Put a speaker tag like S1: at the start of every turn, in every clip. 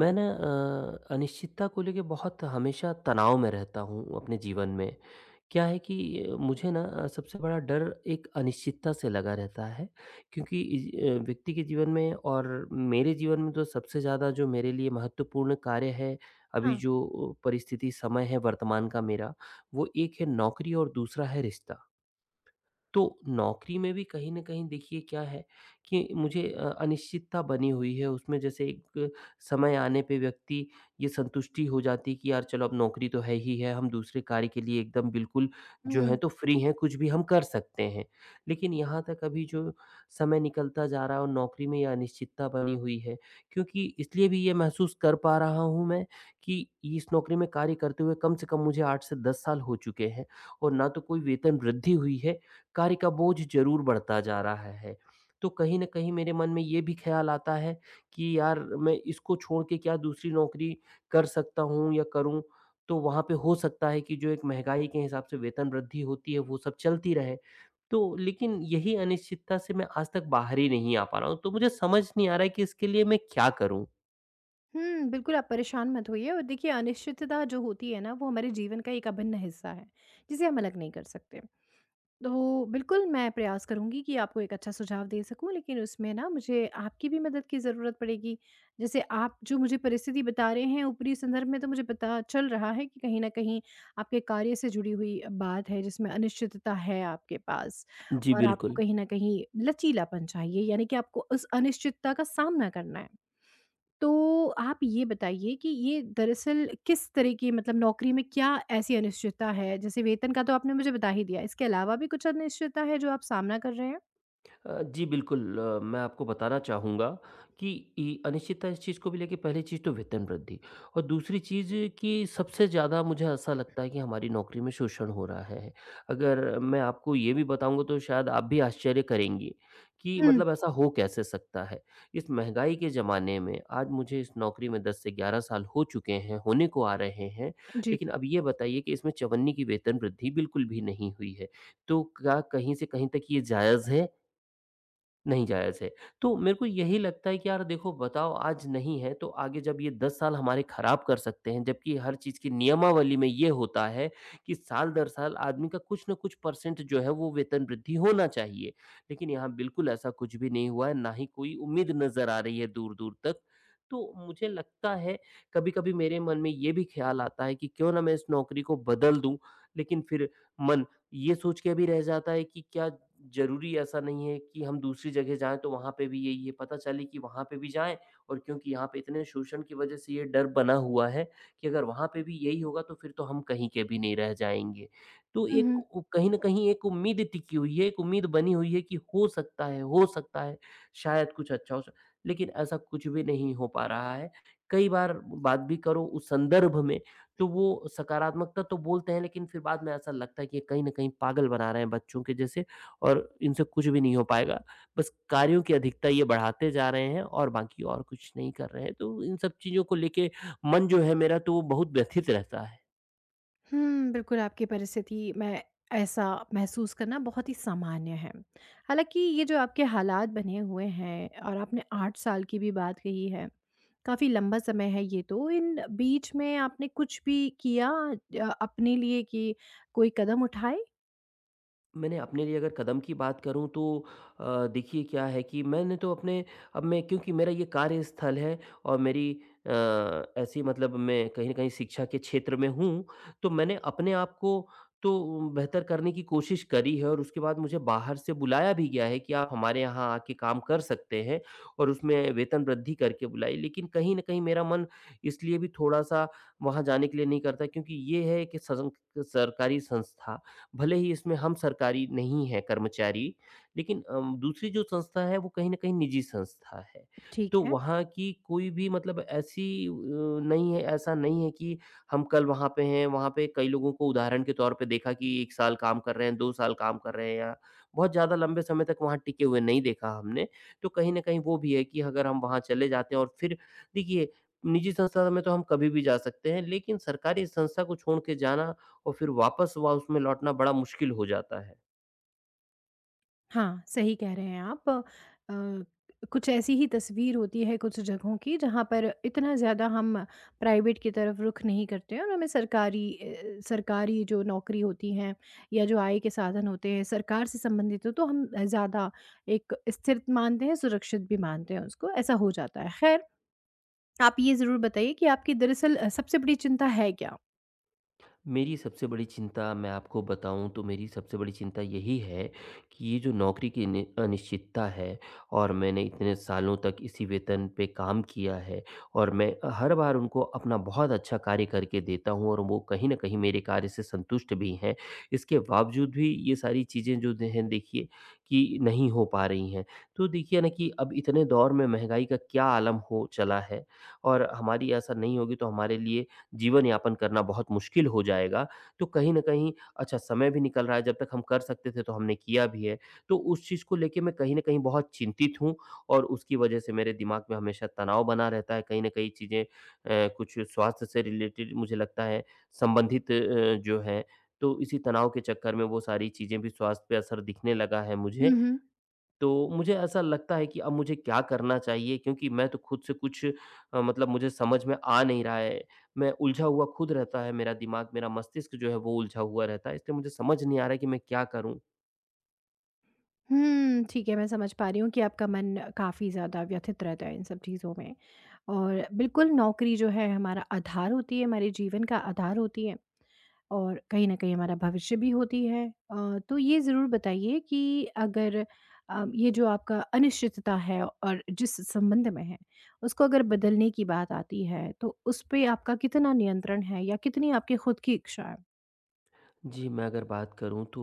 S1: मैं ना अनिश्चितता को लेके बहुत हमेशा तनाव में रहता हूँ अपने जीवन में। क्या है कि मुझे ना सबसे बड़ा डर एक अनिश्चितता से लगा रहता है, क्योंकि व्यक्ति के जीवन में और मेरे जीवन में तो सबसे ज़्यादा जो मेरे लिए महत्वपूर्ण कार्य है, अभी
S2: हाँ।
S1: जो परिस्थिति समय है वर्तमान का मेरा, वो एक है नौकरी और दूसरा है रिश्ता। तो नौकरी में भी कहीं न कहीं देखिए क्या है कि मुझे अनिश्चितता बनी हुई है उसमें, जैसे एक समय आने पे व्यक्ति ये संतुष्टि हो जाती है कि यार चलो अब नौकरी तो है ही है, हम दूसरे कार्य के लिए एकदम बिल्कुल जो है
S2: हुँ,
S1: तो फ्री हैं, कुछ भी हम कर सकते हैं। लेकिन यहाँ तक अभी जो समय निकलता जा रहा है और नौकरी में ये अनिश्चितता बनी हुई है, क्योंकि इसलिए भी ये महसूस कर पा रहा हूँ मैं कि इस नौकरी में कार्य करते हुए कम से कम मुझे 8 से 10 साल हो चुके हैं और ना तो कोई वेतन वृद्धि हुई है, कार्य का बोझ ज़रूर बढ़ता जा रहा है। तो कहीं न कहीं मेरे मन में ये भी ख़्याल आता है कि यार, मैं इसको छोड़ के क्या दूसरी नौकरी कर सकता हूँ या करूँ? तो वहाँ पे हो सकता है कि जो एक महँगाई के हिसाब से वेतन वृद्धि होती है वो सब चलती रहे। तो लेकिन यही अनिश्चितता से मैं आज तक बाहर ही नहीं आ पा रहा हूँ। तो मुझे समझ नहीं आ रहा है कि इसके लिए मैं क्या करूँ?
S2: हुँ। बिल्कुल आप परेशान मत होइए और देखिए, अनिश्चितता जो होती है ना, वो हमारे जीवन का एक अभिन्न हिस्सा है, जिसे हम अलग नहीं कर सकते। तो बिल्कुल मैं प्रयास करूँगी कि आपको एक अच्छा सुझाव दे सकूँ, लेकिन उसमें ना मुझे आपकी भी मदद की ज़रूरत पड़ेगी। जैसे आप जो मुझे परिस्थिति बता रहे हैं ऊपरी संदर्भ में, तो मुझे पता चल रहा है कि कहीं न कहीं आपके कार्य से जुड़ी हुई बात है जिसमें अनिश्चितता है आपके पास,
S1: जी,
S2: और आपको
S1: बिल्कुल।
S2: कहीं न कहीं लचीलापन चाहिए, यानी कि आपको उस अनिश्चितता का सामना करना है। तो आप ये बताइए कि ये दरअसल किस तरह की मतलब नौकरी में क्या ऐसी अनिश्चितता है? जैसे वेतन का तो आपने मुझे बता ही दिया, इसके अलावा भी कुछ अनिश्चितता है जो आप सामना कर रहे हैं?
S1: जी बिल्कुल, मैं आपको बताना चाहूँगा कि इ अनिश्चितता इस चीज़ को भी लेके पहली चीज़ तो वेतन वृद्धि और दूसरी चीज़ कि सबसे ज़्यादा मुझे ऐसा लगता है कि हमारी नौकरी में शोषण हो रहा है। अगर मैं आपको ये भी बताऊँगा तो शायद आप भी आश्चर्य करेंगी कि
S2: हुँ।
S1: मतलब ऐसा हो कैसे सकता है? इस महँगाई के ज़माने में आज मुझे इस नौकरी में 10 से 11 साल हो चुके हैं, होने को आ रहे हैं,
S2: जी।
S1: लेकिन अब ये बताइए कि इसमें चवन्नी की वेतन वृद्धि बिल्कुल भी नहीं हुई है। तो क्या कहीं से कहीं तक ये जायज़ है? नहीं जायज़ है। तो मेरे को यही लगता है कि यार देखो बताओ, आज नहीं है तो आगे जब ये 10 साल हमारे खराब कर सकते हैं, जबकि हर चीज़ की नियमावली में ये होता है कि साल दर साल आदमी का कुछ न कुछ परसेंट जो है वो वेतन वृद्धि होना चाहिए। लेकिन यहाँ बिल्कुल ऐसा कुछ भी नहीं हुआ है, ना ही कोई उम्मीद नज़र आ रही है दूर-दूर तक। तो मुझे लगता है, कभी-कभी मेरे मन में ये भी ख़्याल आता है कि क्यों ना मैं इस नौकरी को बदल दूँ, लेकिन फिर मन ये सोच के भी रह जाता है कि क्या ज़रूरी ऐसा नहीं है कि हम दूसरी जगह जाएँ तो वहाँ पे भी यही है, पता चले कि वहाँ पे भी जाएँ, और क्योंकि यहाँ पे इतने शोषण की वज़ह से ये डर बना हुआ है कि अगर वहाँ पे भी यही होगा तो फिर तो हम कहीं के भी नहीं रह जाएँगे। तो
S2: हुँ,
S1: एक
S2: हुँ।
S1: उ कहीं न कहीं एक उम्मीद टिकी हुई है, एक उम्मीद बनी हुई है कि हो सकता है, शायद कुछ अच्छा हो स लेकिन ऐसा कुछ भी नहीं हो पा रहा है। कई बार बात भी करो उस संदर्भ में तो वो सकारात्मकता तो बोलते हैं, लेकिन फिर बाद में ऐसा लगता है कि ये कहीं न कहीं पागल बना रहे हैं बच्चों के जैसे, और इनसे कुछ भी नहीं हो पाएगा। बस कार्यों की अधिकता ये बढ़ाते जा रहे हैं और बाकी और कुछ नहीं कर रहे हैं। तो इन सब चीज़ों को लेके मन जो है मेरा, तो वो बहुत व्यथित रहता है।
S2: बिल्कुल आपकी परिस्थिति में ऐसा महसूस करना बहुत ही सामान्य है। हालाँकि ये जो आपके हालात बने हुए हैं और आपने 8 साल की भी बात कही है, काफ़ी लंबा समय है ये तो। इन बीच में आपने कुछ भी किया अपने लिए कि कोई कदम उठाए?
S1: मैंने अपने लिए अगर कदम की बात करूँ तो अ, देखिए क्या है कि मैंने तो अपने, अब मैं क्योंकि मेरा ये कार्यस्थल है और मेरी अ, ऐसी मतलब मैं कहीं न कहीं शिक्षा के क्षेत्र में हूँ, तो मैंने अपने आप को तो बेहतर करने की कोशिश करी है और उसके बाद मुझे बाहर से बुलाया भी गया है कि आप हमारे यहाँ आके काम कर सकते हैं और उसमें वेतन वृद्धि करके बुलाई। लेकिन कहीं न कहीं मेरा मन इसलिए भी थोड़ा-सा वहाँ जाने के लिए नहीं करता, क्योंकि ये है कि सजंक सरकारी संस्था भले ही इसमें हम सरकारी नहीं हैं कर्मचारी, लेकिन दूसरी जो संस्था है वो कहीं न कहीं निजी संस्था है।
S2: ठीक
S1: तो
S2: है।
S1: वहाँ की कोई भी मतलब ऐसी नहीं है, ऐसा नहीं है कि हम कल वहाँ पे हैं, वहाँ पे कई लोगों को उदाहरण के तौर पे देखा कि 1 साल काम कर रहे हैं, 2 साल काम कर रहे हैं या बहुत ज़्यादा लंबे समय तक वहाँ टिके हुए नहीं देखा हमने। तो कहीं न कहीं वो भी है कि अगर हम वहाँ चले जाते हैं और फिर देखिए, निजी संस्था में तो हम कभी भी जा सकते हैं, लेकिन सरकारी संस्था को छोड़ के जाना और फिर वापस वहाँ उसमें लौटना बड़ा मुश्किल हो जाता है।
S2: हाँ, सही कह रहे हैं आप। अ, कुछ ऐसी ही तस्वीर होती है कुछ जगहों की जहाँ पर इतना ज़्यादा हम प्राइवेट की तरफ रुख नहीं करते हैं, और हमें सरकारी जो नौकरी होती हैं या जो आय के साधन होते हैं सरकार से संबंधित हो, तो हम ज़्यादा एक स्थिर मानते हैं, सुरक्षित भी मानते हैं उसको, ऐसा हो जाता है। ख़ैर, आप ये ज़रूर बताइए कि आपकी दरअसल सबसे बड़ी चिंता है क्या?
S1: मेरी सबसे बड़ी चिंता मैं आपको बताऊँ तो मेरी सबसे बड़ी चिंता यही है कि ये जो नौकरी की नि अनिश्चितता है और मैंने इतने सालों तक इसी वेतन पे काम किया है और मैं हर बार उनको अपना बहुत अच्छा कार्य करके देता हूँ और वो कहीं न कहीं मेरे कार्य से संतुष्ट भी हैं। इसके बावजूद भी ये सारी चीज़ें जो दे हैं देखिए कि नहीं हो पा रही हैं। तो देखिए ना कि अब इतने दौर में महँगाई का क्या आलम हो चला है और हमारी ऐसा नहीं होगी तो हमारे लिए जीवन यापन करना बहुत मुश्किल हो जाएगा। तो कहीं न कहीं अच्छा समय भी निकल रहा है, जब तक हम कर सकते थे तो हमने किया भी है। तो उस चीज़ को लेके मैं कहीं न कहीं बहुत चिंतित हूँ और उसकी वजह से मेरे दिमाग में हमेशा तनाव बना रहता है। कहीं न कहीं चीज़ें कुछ स्वास्थ्य से रिलेटेड मुझे लगता है, संबंधित जो है, तो इसी तनाव के चक्कर में वो सारी चीज़ें भी स्वास्थ्य पे असर दिखने लगा है
S2: हुँ,
S1: मुझे।
S2: हुँ।
S1: तो मुझे ऐसा लगता है कि अब मुझे क्या करना चाहिए? क्योंकि मैं तो खुद से कुछ मतलब मुझे समझ में आ नहीं रहा है। मैं उलझा हुआ खुद रहता है मेरा दिमाग, मेरा मस्तिष्क जो है वो उलझा हुआ रहता है। इसलिए मुझे समझ नहीं आ रहा है कि मैं क्या करूँ?
S2: ठीक है, मैं समझ पा रही हूँ कि आपका मन काफ़ी ज़्यादा व्यथित रहता है इन सब चीज़ों में। और बिल्कुल नौकरी जो है हमारा आधार होती है, हमारे जीवन का आधार होती है, और कहीं न कहीं हमारा भविष्य भी होती है। तो ये ज़रूर बताइए कि अगर ये जो आपका अनिश्चितता है और जिस संबंध में है, उसको अगर बदलने की बात आती है, तो उस पे आपका कितना नियंत्रण है या कितनी आपकी खुद की इच्छा है?
S1: जी, मैं अगर बात करूँ तो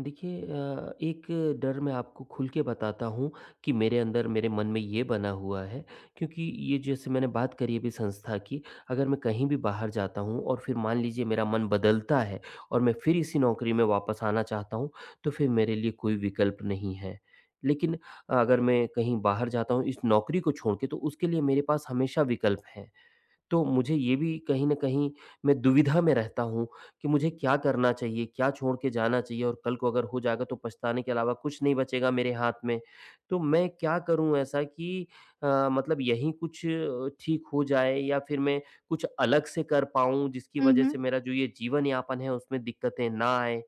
S1: देखिए, एक डर मैं आपको खुल के बताता हूँ कि मेरे अंदर मेरे मन में ये बना हुआ है, क्योंकि ये जैसे मैंने बात करी अभी संस्था की, अगर मैं कहीं भी बाहर जाता हूँ और फिर मान लीजिए मेरा मन बदलता है और मैं फिर इसी नौकरी में वापस आना चाहता हूँ, तो फिर मेरे लिए कोई विकल्प नहीं है। लेकिन अगर मैं कहीं बाहर जाता हूँ इस नौकरी को छोड़ के तो उसके लिए मेरे पास हमेशा विकल्प हैं। तो मुझे ये भी कहीं न कहीं, मैं दुविधा में रहता हूँ कि मुझे क्या करना चाहिए? क्या छोड़ के जाना चाहिए? और कल को अगर हो जाएगा तो पछताने के अलावा कुछ नहीं बचेगा मेरे हाथ में। तो मैं क्या करूँ ऐसा कि मतलब यहीं कुछ ठीक हो जाए या फिर मैं कुछ अलग से कर पाऊँ जिसकी
S2: हुँ,
S1: वज़ह
S2: हुँ।
S1: से मेरा जो ये जीवन यापन है उसमें दिक्कतें ना आएँ?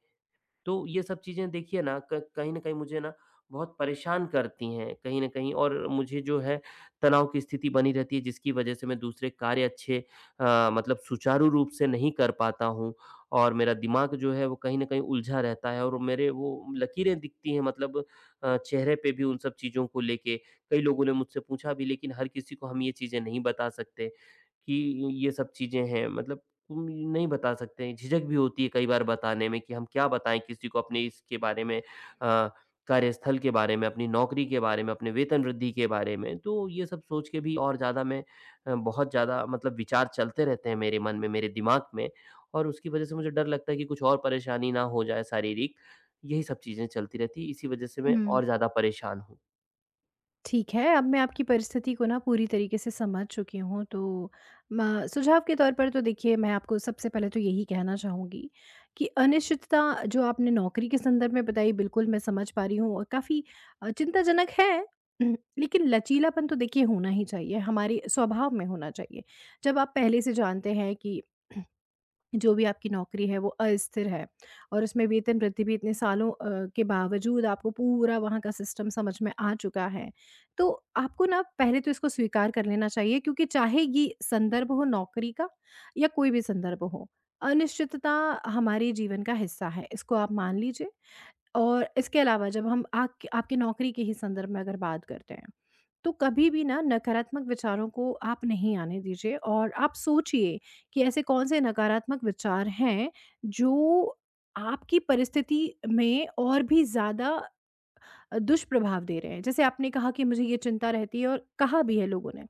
S1: तो ये सब चीज़ें देखिए ना, क कहीं न कहीं मुझे ना बहुत परेशान करती हैं कहीं न कहीं, और मुझे जो है तनाव की स्थिति बनी रहती है जिसकी वज़ह से मैं दूसरे कार्य अच्छे मतलब सुचारू रूप से नहीं कर पाता हूँ और मेरा दिमाग जो है वो कहीं न कहीं उलझा रहता है और मेरे वो लकीरें दिखती हैं मतलब चेहरे पे भी उन सब चीज़ों को लेके। कई लोगों ने मुझसे पूछा भी, लेकिन हर किसी को हम ये चीज़ें नहीं बता सकते कि ये सब चीज़ें हैं मतलब उम, नहीं बता सकते हैं, झिझक भी होती है कई बार बताने में कि हम क्या बताएँ किसी को अपने इसके बारे में, अ, कार्यस्थल के बारे में, अपनी नौकरी के बारे में, अपने वेतन वृद्धि के बारे में। तो ये सब सोच के भी और ज़्यादा मैं बहुत ज़्यादा मतलब विचार चलते रहते हैं मेरे मन में, मेरे दिमाग में और उसकी वज़ह से मुझे डर लगता है कि कुछ और परेशानी ना हो जाए शारीरिक। यही सब चीज़ें चलती रहती हैं, इसी वज़ह से मैं
S2: हुँ।
S1: और ज़्यादा परेशान हूँ।
S2: ठीक है, अब मैं आपकी परिस्थिति को ना पूरी तरीके से समझ चुकी हूँ, तो म सुझाव के तौर पर तो देखिए, मैं आपको सबसे पहले तो यही कहना चाहूँगी कि अनिश्चितता जो आपने नौकरी के संदर्भ में बताई, बिल्कुल मैं समझ पा रही हूँ और काफ़ी चिंताजनक है। लेकिन लचीलापन तो देखिए होना ही चाहिए, हमारे स्वभाव में होना चाहिए। जब आप पहले से जानते हैं कि जो भी आपकी नौकरी है वो अस्थिर है, और उसमें वेतन वृद्धि भी इतने सालों के बावजूद आपको पूरा वहाँ का सिस्टम समझ में आ चुका है। तो आपको ना पहले तो इसको स्वीकार कर लेना चाहिए, क्योंकि चाहे ये संदर्भ हो नौकरी का या कोई भी संदर्भ हो, अनिश्चितता हमारे जीवन का हिस्सा है, इसको आप मान लीजिए। और इसके अलावा जब हम आक आपकी नौकरी के ही संदर्भ में अगर बात करते हैं, तो कभी भी ना नकारात्मक विचारों को आप नहीं आने दीजिए और आप सोचिए कि ऐसे कौन से नकारात्मक विचार हैं जो आपकी परिस्थिति में और भी ज़्यादा दुष्प्रभाव दे रहे हैं। जैसे आपने कहा कि मुझे ये चिंता रहती है, और कहा भी है लोगों ने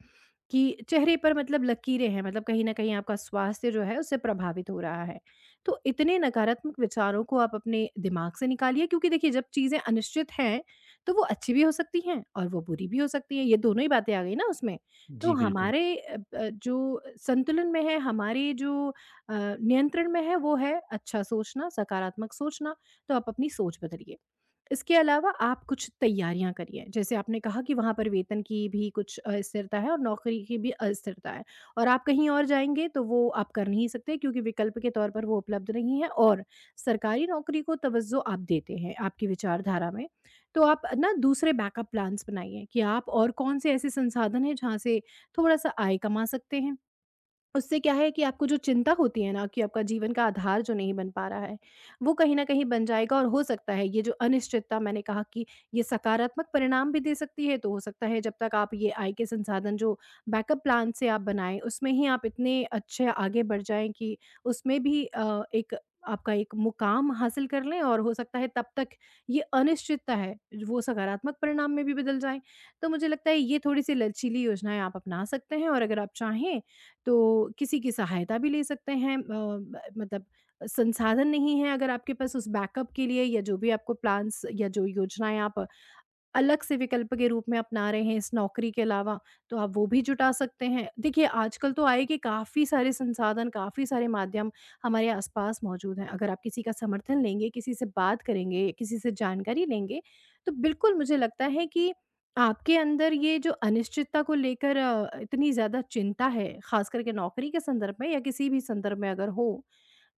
S2: कि चेहरे पर मतलब लकीरें हैं, मतलब कहीं न कहीं आपका स्वास्थ्य जो है उससे प्रभावित हो रहा है। तो इतने नकारात्मक विचारों को आप अपने दिमाग से निकालिए, क्योंकि देखिए जब चीज़ें अनिश्चित हैं, तो वो अच्छी भी हो सकती हैं और वो बुरी भी हो सकती हैं, ये दोनों ही बातें आ गई ना उसमें। तो
S1: जी, बिल्कुल।
S2: हमारे अ, ब जो संतुलन में है, हमारे जो नियंत्रण में है वो है अच्छा सोचना, सकारात्मक सोचना, तो आप अपनी सोच बदलिए। इसके अलावा आप कुछ तैयारियां करिए। जैसे आपने कहा कि वहाँ पर वेतन की भी कुछ अस्थिरता है और नौकरी की भी अस्थिरता है, और आप कहीं और जाएंगे तो वो आप कर नहीं सकते क्योंकि विकल्प के तौर पर वो उपलब्ध नहीं है, और सरकारी नौकरी को तवज्जो आप देते हैं आपकी विचारधारा में। तो आप ना दूसरे बैकअप प्लान्स बनाइए कि आप और कौन से ऐसे संसाधन हैं जहाँ से थोड़ा सा आय कमा सकते हैं। उससे क्या है कि आपको जो चिंता होती है ना कि आपका जीवन का आधार जो नहीं बन पा रहा है, वो कहीं न कहीं बन जाएगा। और हो सकता है ये जो अनिश्चितता मैंने कहा कि ये सकारात्मक परिणाम भी दे सकती है, तो हो सकता है जब तक आप ये आय के संसाधन जो बैकअप प्लान से आप बनाएँ, उसमें ही आप इतने अच्छे आगे बढ़ जाएँ कि उसमें भी एक आपका एक मुकाम हासिल कर लें, और हो सकता है तब तक ये अनिश्चितता है, वो सकारात्मक परिणाम में भी बदल जाए। तो मुझे लगता है ये थोड़ी-सी लचीली योजनाएँ आप अपना सकते हैं, और अगर आप चाहें तो किसी की सहायता भी ले सकते हैं। अ, ब मतलब संसाधन नहीं है अगर आपके पास उस बैकअप के लिए, या जो भी आपको प्लान्स या जो योजनाएँ आप अलग से विकल्प के रूप में अपना रहे हैं इस नौकरी के अलावा, तो आप वो भी जुटा सकते हैं। देखिए, आजकल तो आय के काफ़ी सारे संसाधन, काफ़ी सारे माध्यम हमारे आसपास मौजूद हैं। अगर आप किसी का समर्थन लेंगे, किसी से बात करेंगे, किसी से जानकारी लेंगे, तो बिल्कुल मुझे लगता है कि आपके अंदर ये जो अनिश्चितता को लेकर इतनी ज़्यादा चिंता है, ख़ास करके नौकरी के संदर्भ में या किसी भी संदर्भ में अगर हो,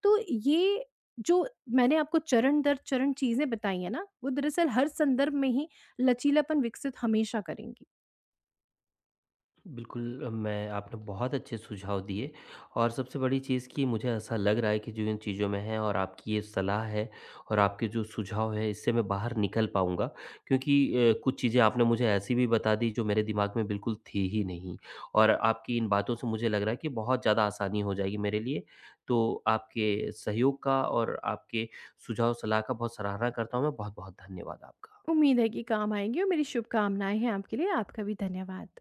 S2: तो ये जो मैंने आपको चरण दर चरण चीज़ें बताई हैं ना, वो दरअसल हर संदर्भ में ही लचीलापन विकसित हमेशा करेंगी।
S1: बिल्कुल, मैं आपने बहुत अच्छे सुझाव दिए और सबसे बड़ी चीज़ कि मुझे ऐसा लग रहा है कि जो इन चीज़ों में है और आपकी ये सलाह है और आपके जो सुझाव है इससे मैं बाहर निकल पाऊँगा, क्योंकि कुछ चीज़ें आपने मुझे ऐसी भी बता दी जो मेरे दिमाग में बिल्कुल थी ही नहीं और आपकी इन बातों से मुझे लग रहा है कि बहुत ज़्यादा आसानी हो जाएगी मेरे लिए, तो आपके सहयोग का और आपके सुझाव सलाह का बहुत सराहना करता हूँ मैं, बहुत बहुत धन्यवाद आपका।
S2: उम्मीद है कि काम आएँगी, और मेरी शुभकामनाएँ हैं आपके लिए। आपका भी धन्यवाद।